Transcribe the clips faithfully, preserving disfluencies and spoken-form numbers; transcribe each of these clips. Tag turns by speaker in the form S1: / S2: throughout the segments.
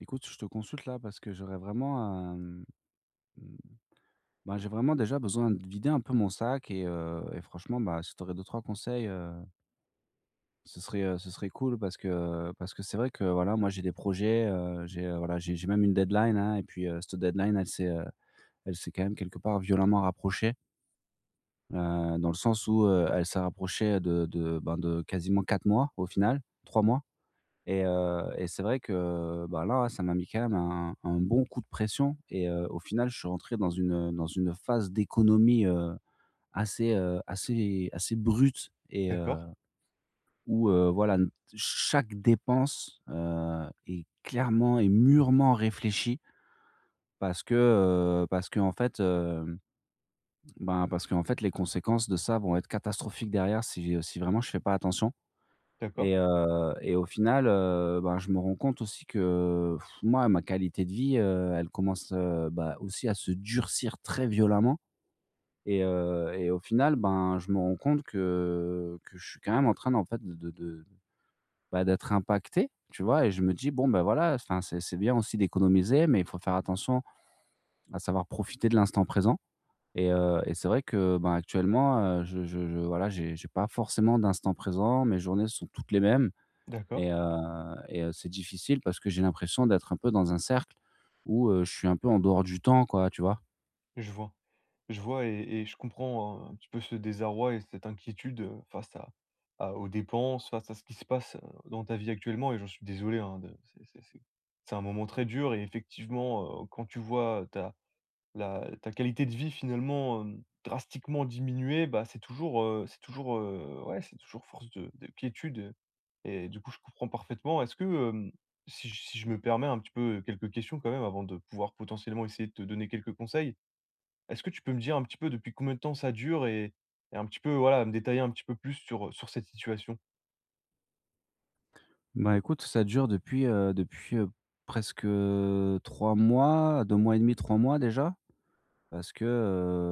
S1: Écoute, je te consulte là parce que j'aurais vraiment, hem, mmh, bah, j'ai vraiment déjà besoin de vider un peu mon sac et heu et franchement, bah, si tu aurais deux ou trois conseils, heu, ce serait, heu, ce serait cool parce que parce que c'est vrai que voilà, moi j'ai des projets, heu, j'ai, heu, voilà, j'ai j'ai même une deadline, hein. Et puis, heu, cette deadline elle s'est, heu, elle s'est quand même quelque part violemment rapprochée, heu, dans le sens où, heu, elle s'est rapprochée de de, ben, de quasiment quatre mois au final, trois mois. Et heu et c'est vrai que, bah, là, ça m'a mis quand même un un bon coup de pression et heu, au final, je suis rentré dans une, dans une phase d'économie, heu, assez, heu, assez assez brute et heu,
S2: D'accord,
S1: où, heu, voilà, n chaque dépense, heu, est clairement et mûrement réfléchie parce que, heu, parce que en fait, hem, ben, parce que en fait, les conséquences de ça vont être catastrophiques derrière si, si vraiment je fais pas attention.
S2: d'accord,
S1: Et heu et au final, heu, ben, je me rends compte aussi que pff, moi, ma qualité de vie, heu, elle commence, heu, bah, aussi à se durcir très violemment et heu et au final, ben, je me rends compte que que je suis quand même en train, en fait, de de de, bah, d'être impacté, tu vois? Et je me dis: «Bon, ben voilà, enfin, c'est c'est bien aussi d'économiser, mais il faut faire attention à savoir profiter de l'instant présent» et heu et c'est vrai que, ben, actuellement, heu, je je je voilà, j'ai j'ai pas forcément d'instant présent, mes journées sont toutes les mêmes. Et
S2: d'accord.
S1: heu et heu, c'est difficile parce que j'ai l'impression d'être un peu dans un cercle où, heu, je suis un peu en dehors du temps, quoi, tu vois?
S2: Je vois. Je vois et et je comprends, heu, un petit peu ce désarroi et cette inquiétude, heu, face à à aux dépenses, face à ce qui se passe, heu, dans ta vie actuellement, et j'en suis désolé, hein. de c'est c'est c'est c'est un moment très dur, et effectivement, heu, quand tu vois ta la ta qualité de vie finalement, hem, drastiquement diminuée, bah, c'est toujours, heu c'est toujours, heu, ouais, c'est toujours force de de quiétude, et du coup, je comprends parfaitement. Est-ce que, hem, si j si je me permets un petit peu quelques questions quand même avant de pouvoir potentiellement essayer de te donner quelques conseils, est-ce que tu peux me dire un petit peu depuis combien de temps ça dure et et un petit peu, voilà, me détailler un petit peu plus sur, sur cette situation?
S1: Bah, écoute, ça dure depuis, heu, depuis, heu, presque, heu, trois mois, deux mois et demi, trois mois déjà. Parce que,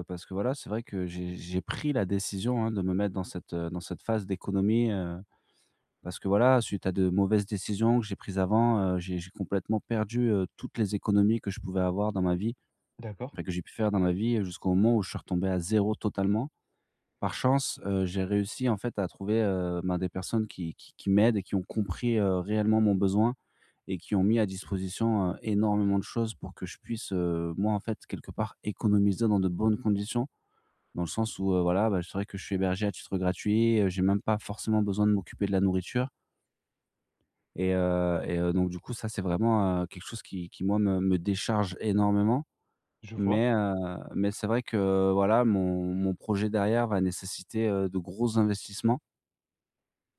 S1: heu, parce que voilà, c'est vrai que j'ai j'ai pris la décision, hein, de me mettre dans cette, heu, dans cette phase d'économie, heu, parce que voilà, suite à de mauvaises décisions que j'ai prises avant, heu, j'ai j'ai complètement perdu, heu, toutes les économies que je pouvais avoir dans ma vie,
S2: D'accord,
S1: enfin que j'ai pu faire dans ma vie jusqu'au moment où je suis retombé à zéro totalement. Par chance, heu, j'ai réussi en fait à trouver, heu, ben, des personnes qui qui qui m'aident et qui ont compris, heu, réellement mon besoin et qui ont mis à disposition, heu, énormément de choses pour que je puisse, heu, moi, en fait, quelque part, économiser dans de bonnes conditions. Dans le sens où, heu, voilà, bah, c'est vrai que je suis hébergé à titre gratuit, heu, j'ai même pas forcément besoin de m'occuper de la nourriture et heu et heu, donc du coup, ça, c'est vraiment, heu, quelque chose qui qui moi me me décharge énormément.
S2: je vois,
S1: Mais heu, mais c'est vrai que, voilà, mon mon projet derrière va nécessiter, heu, de gros investissements.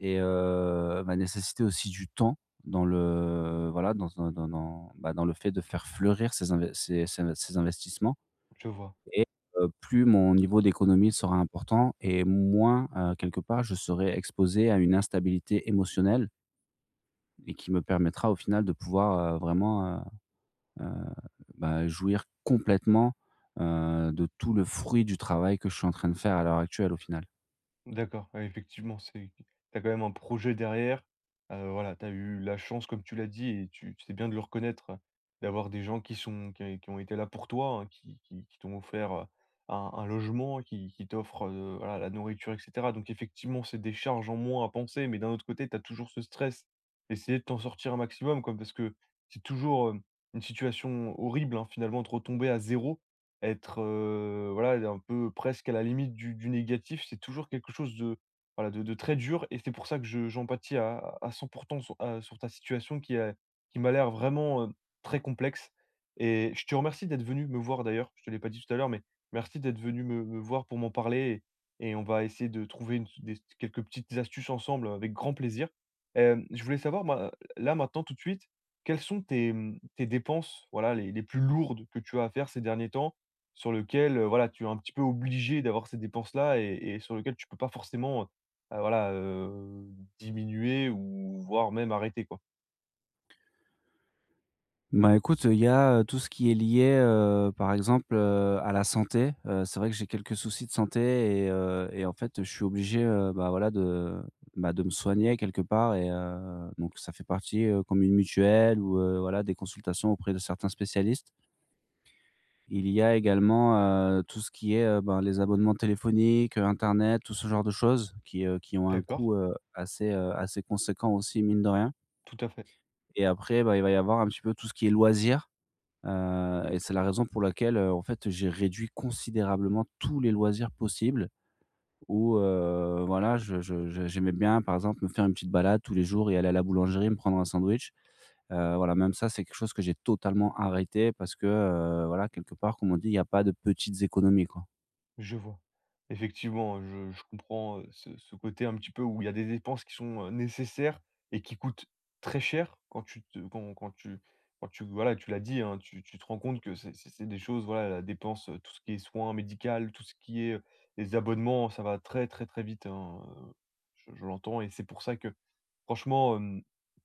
S1: Et heu, m'a nécessité aussi du temps dans le voilà, dans un dans dans bah, dans le fait de faire fleurir ces inves ces ces ces investissements
S2: je vois.
S1: et heu, plus mon niveau d'économie sera important et moins, heu, quelque part, je serai exposé à une instabilité émotionnelle et qui me permettra au final de pouvoir, heu, vraiment, heu heu, bah, jouir complètement, heu, de tout le fruit du travail que je suis en train de faire à l'heure actuelle, au final.
S2: D'accord, ouais, effectivement, c'est tu quand même un projet derrière. Heu, voilà, t'as eu la chance, comme tu l'as dit et tu tu sais bien de le reconnaître, heu, d'avoir des gens qui sont qui qui ont été là pour toi, hein, qui qui qui t'ont offert, heu, un un logement, qui qui t'offrent, heu, voilà, la nourriture et cetera. Donc effectivement, c'est des charges en moins à penser, mais d'un autre côté, t'as toujours ce stress. Essayer de t'en sortir un maximum, quoi, parce que c'est toujours, hem, une situation horrible, hein, finalement, de retomber à zéro. Être, heu, voilà, d un peu presque à la limite du du négatif, c'est toujours quelque chose de voilà, de de très dur, et c'est pour ça que je j'empathie à à cent pour cent sur, heu, sur ta situation qui est qui m'a l'air vraiment, heu, très complexe, et je te remercie d'être venu me voir d'ailleurs, je te l'ai pas dit tout à l'heure, mais merci d'être venu me me voir pour m'en parler, et et on va essayer de trouver une des quelques petites astuces ensemble, avec grand plaisir. Hem, je voulais savoir ma là, maintenant, tout de suite, quelles sont tes, mmh, tes dépenses, voilà, les les plus lourdes que tu as à faire ces derniers temps, sur lequel, heu, voilà, tu es un petit peu obligé d'avoir ces dépenses-là, et et sur lequel tu peux pas forcément, heu, voilà, heu, diminuer ou voire même arrêter, quoi.
S1: Bah, écoute, il y a, heu, tout ce qui est lié, heu, par exemple, heu, à la santé. Heu, c'est vrai que j'ai quelques soucis de santé et heu et en fait, je suis obligé, heu, bah, voilà de, bah, de me soigner quelque part et heu, donc ça fait partie, heu, comme une mutuelle ou heu, voilà des consultations auprès de certains spécialistes. Il y a également, heu, tout ce qui est, heu, ben, les abonnements téléphoniques, heu, internet, tout ce genre de choses qui, heu, qui ont un
S2: D'accord,
S1: coût, heu, assez, heu, assez conséquent aussi mine de rien.
S2: tout à fait.
S1: Et après, bah, il va y avoir un petit peu tout ce qui est loisirs. Heu et c'est la raison pour laquelle, heu, en fait, j'ai réduit considérablement tous les loisirs possibles où, heu, voilà, je je je j'aimais bien, par exemple, me faire une petite balade tous les jours et aller à la boulangerie, me prendre un sandwich. Heu, voilà, même ça, c'est quelque chose que j'ai totalement arrêté parce que, heu, voilà, quelque part, comme on dit, il n'y a pas de petites économies, quoi.
S2: Je vois. Effectivement, je je comprends, heu, ce ce côté un petit peu où il y a des dépenses qui sont, heu, nécessaires et qui coûtent très cher quand tu te quand quand tu quand tu voilà, tu l'as dit, hein, tu tu te rends compte que c'est c'est c'est des choses, voilà, la dépense, heu, tout ce qui est soins médicaux, tout ce qui est, heu, les abonnements, ça va très, très, très vite, hein, heu, je je l'entends, et c'est pour ça que franchement, hem,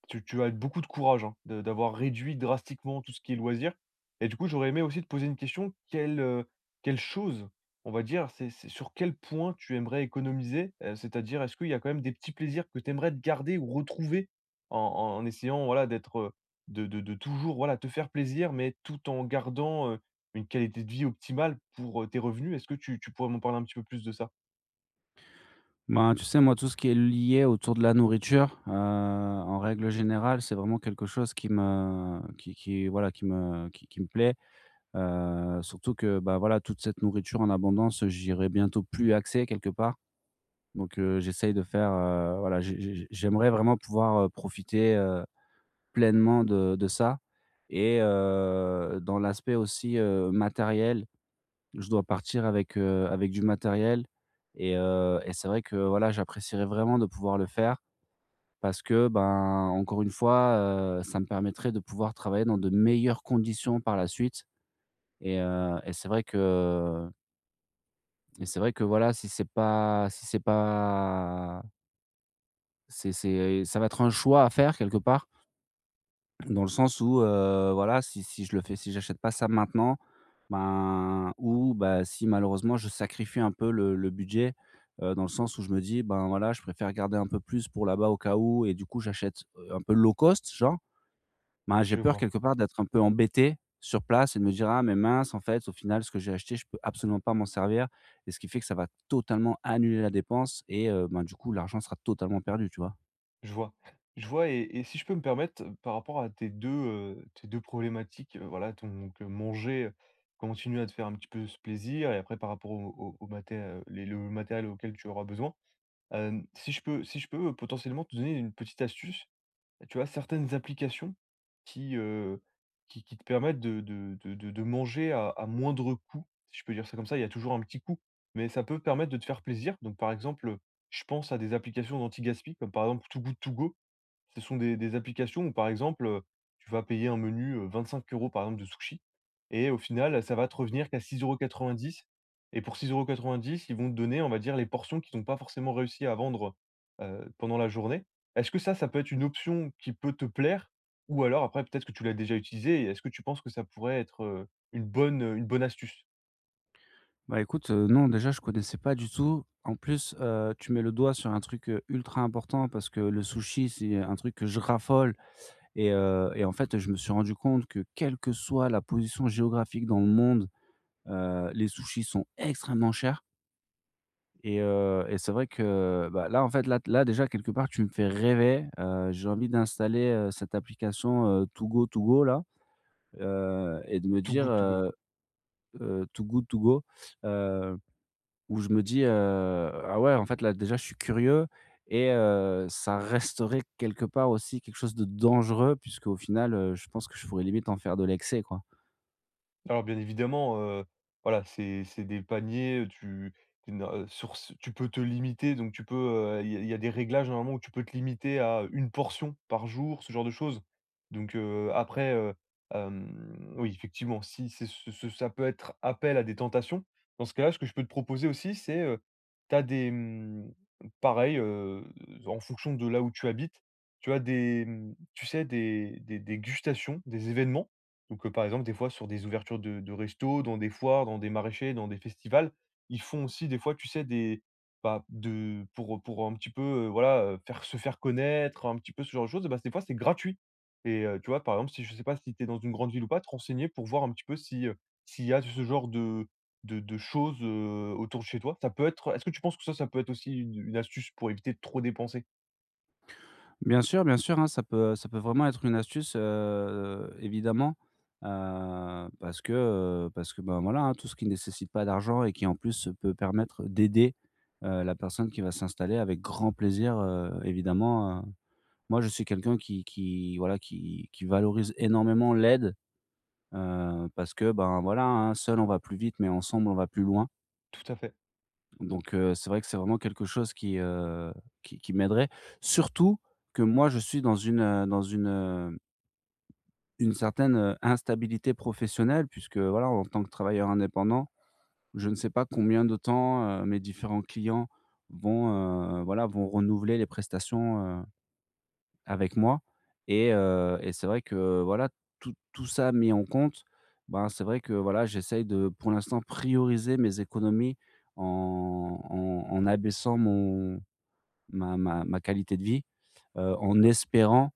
S2: tu tu as beaucoup de courage, hein, de d'avoir réduit drastiquement tout ce qui est loisirs, et du coup, j'aurais aimé aussi te poser une question. Quelle, heu, quelle chose, on va dire, c'est c'est sur quel point tu aimerais économiser? Heu, c'est-à-dire, est-ce qu'il y a quand même des petits plaisirs que tu aimerais te garder ou retrouver en en essayant, voilà, d'être, heu, de de de toujours, voilà, te faire plaisir, mais tout en gardant, heu, une qualité de vie optimale pour, heu, tes revenus? Est-ce que tu tu pourrais m'en parler un petit peu plus de ça?
S1: Ben, tu sais, moi, tout ce qui est lié autour de la nourriture, heu, en règle générale, c'est vraiment quelque chose qui me qui qui voilà, qui me qui qui me plaît. Heu, surtout que, bah, voilà, toute cette nourriture en abondance, j'irai bientôt plus accès quelque part. Donc, heu, j'essaye de faire, heu, voilà, j'ai j'ai j'aimerais vraiment pouvoir, heu, profiter, heu, pleinement de de ça et heu, dans l'aspect aussi, heu, matériel, je dois partir avec, heu, avec du matériel et heu et c'est vrai que, voilà, j'apprécierais vraiment de pouvoir le faire parce que, ben, encore une fois, heu, ça me permettrait de pouvoir travailler dans de meilleures conditions par la suite et heu et c'est vrai que et c'est vrai que voilà, si c'est pas si c'est pas c'est c'est ça va être un choix à faire quelque part, dans le sens où, heu, voilà, si si je le fais, si j'achète pas ça maintenant, ben ou bah, si malheureusement je sacrifie un peu le le budget, heu, dans le sens où je me dis: «Ben, voilà, je préfère garder un peu plus pour là-bas au cas où» et du coup j'achète, heu, un peu low cost genre. Bah, j'ai
S2: Je
S1: peur
S2: vois.
S1: quelque part d'être un peu embêté sur place et de me dire: «Ah mais mince, en fait, au final, ce que j'ai acheté, je peux absolument pas m'en servir» et ce qui fait que ça va totalement annuler la dépense et heu, ben, du coup, l'argent sera totalement perdu, tu vois?
S2: Je vois. Je vois, et et si je peux me permettre, heu, par rapport à tes deux, heu, tes deux problématiques, heu, voilà, donc euh, manger, heu, continuer à te faire un petit peu ce plaisir, et après par rapport au au au maté heu, les le matériel auquel tu auras besoin. Hem, si je peux si je peux, heu, potentiellement te donner une petite astuce, tu as certaines applications qui, heu, qui qui te permettent de de de de de manger à à moindre coût, si je peux dire ça comme ça. Il y a toujours un petit coût, mais ça peut permettre de te faire plaisir. Donc par exemple, je pense à des applications d'anti-gaspi comme par exemple Too Good To Go. Ce sont des des applications où, par exemple, heu, tu vas payer un menu, heu, vingt-cinq euros par exemple de sushi, et au final, ça va te revenir qu'à six quatre-vingt-dix € et pour six quatre-vingt-dix €, ils vont te donner, on va dire, les portions qu'ils n'ont pas forcément réussi à vendre, heu, pendant la journée. Est-ce que ça, ça peut être une option qui peut te plaire? Ou alors après peut-être que tu l'as déjà utilisée, et est-ce que tu penses que ça pourrait être, heu, une bonne, une bonne astuce?
S1: Bah, écoute, heu, non, déjà, je connaissais pas du tout. En plus, heu, tu mets le doigt sur un truc, heu, ultra important parce que le sushi, c'est un truc que je raffole et heu et en fait, je me suis rendu compte que quelle que soit la position géographique dans le monde, heu, les sushis sont extrêmement chers. Et heu et c'est vrai que, bah, là, en fait, là là, déjà, quelque part, tu me fais rêver. Heu, j'ai envie d'installer, heu, cette application, heu, Too Go To Go, là, heu et de me
S2: Too
S1: dire,
S2: Good To Go.
S1: heu heu, Too Good To Go, où je me dis, heu: «Ah ouais, en fait, là, déjà, je suis curieux» et heu, ça resterait quelque part aussi quelque chose de dangereux puisque au final, heu, je pense que je pourrais limite en faire de l'excès, quoi.
S2: Alors bien évidemment, heu, voilà, c'est c'est des paniers, tu tu ne heu, sur ce tu peux te limiter, donc tu peux, heu, il y a il y a des réglages normalement où tu peux te limiter à une portion par jour, ce genre de choses. Donc heu, après, heu, hem, oui, effectivement, si c'est ce ce ça peut être appel à des tentations. Dans ce cas-là, ce que je peux te proposer aussi, c'est, heu, tu as des, mmh, pareil, heu, en fonction de là où tu habites, tu as des, mmh, tu sais, des des des gustations, des événements, donc, heu, par exemple, des fois, sur des ouvertures de de restos, dans des foires, dans des maraîchers, dans des festivals, ils font aussi des fois, tu sais, des bah, de pour, pour un petit peu, heu, voilà, heu, faire se faire connaître, un petit peu ce genre de choses, bah, des fois, c'est gratuit, et heu, tu vois, par exemple, si je sais pas si tu es dans une grande ville ou pas, te renseigner pour voir un petit peu si, heu, s'il y a ce genre de de de choses, heu, autour de chez toi. Ça peut être est-ce que tu penses que ça, ça peut être aussi une une astuce pour éviter de trop dépenser?
S1: Bien sûr, bien sûr, hein, ça peut ça peut vraiment être une astuce, heu, évidemment, heu, parce que, heu, parce que, ben, voilà, hein, tout ce qui ne nécessite pas d'argent et qui, en plus, peut permettre d'aider, heu, la personne qui va s'installer avec grand plaisir, heu, évidemment, heu. Moi, je suis quelqu'un qui qui, voilà, qui qui valorise énormément l'aide, heu, parce que, ben, voilà, hein, seul on va plus vite, mais ensemble on va plus loin.
S2: Tout à fait.
S1: Donc heu, c'est vrai que c'est vraiment quelque chose qui, heu, qui qui m'aiderait. Surtout que moi, je suis dans une, heu, dans une, heu, une certaine, heu, instabilité professionnelle puisque voilà, en tant que travailleur indépendant, je ne sais pas combien de temps, heu, mes différents clients vont, heu, voilà, vont renouveler les prestations, heu, avec moi et heu et c'est vrai que voilà, tout tout ça mis en compte, ben, c'est vrai que voilà, j'essaye de, pour l'instant, prioriser mes économies en en en abaissant mon ma ma ma qualité de vie, heu, en espérant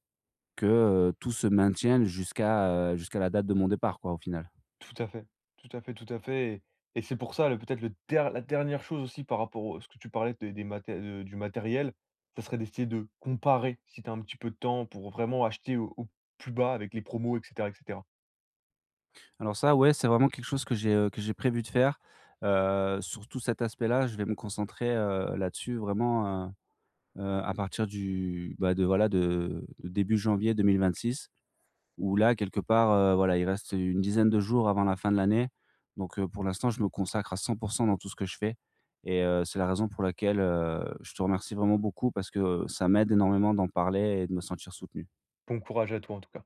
S1: que, heu, tout se maintienne jusqu'à, heu, jusqu'à la date de mon départ quoi, au final.
S2: Tout à fait, tout à fait, Tout à fait, et et c'est pour ça le peut-être le der la dernière chose aussi par rapport au à ce que tu parlais des des maté de du matériel, ça serait d'essayer de comparer si tu as un petit peu de temps pour vraiment acheter au au plus bas avec les promos et cetera et cetera.
S1: Alors ça, ouais, c'est vraiment quelque chose que j'ai, heu, que j'ai prévu de faire, heu, surtout cet aspect-là, je vais me concentrer, heu, là-dessus vraiment, heu heu, à partir du, bah, de voilà de de début janvier deux mille vingt six où là, quelque part, heu, voilà, il reste une dizaine de jours avant la fin de l'année. Donc, heu, pour l'instant, je me consacre à cent dans tout ce que je fais et heu, c'est la raison pour laquelle, heu, je te remercie vraiment beaucoup parce que euh, ça m'aide énormément d'en parler et de me sentir soutenu.
S2: Bon courage à toi en tout cas.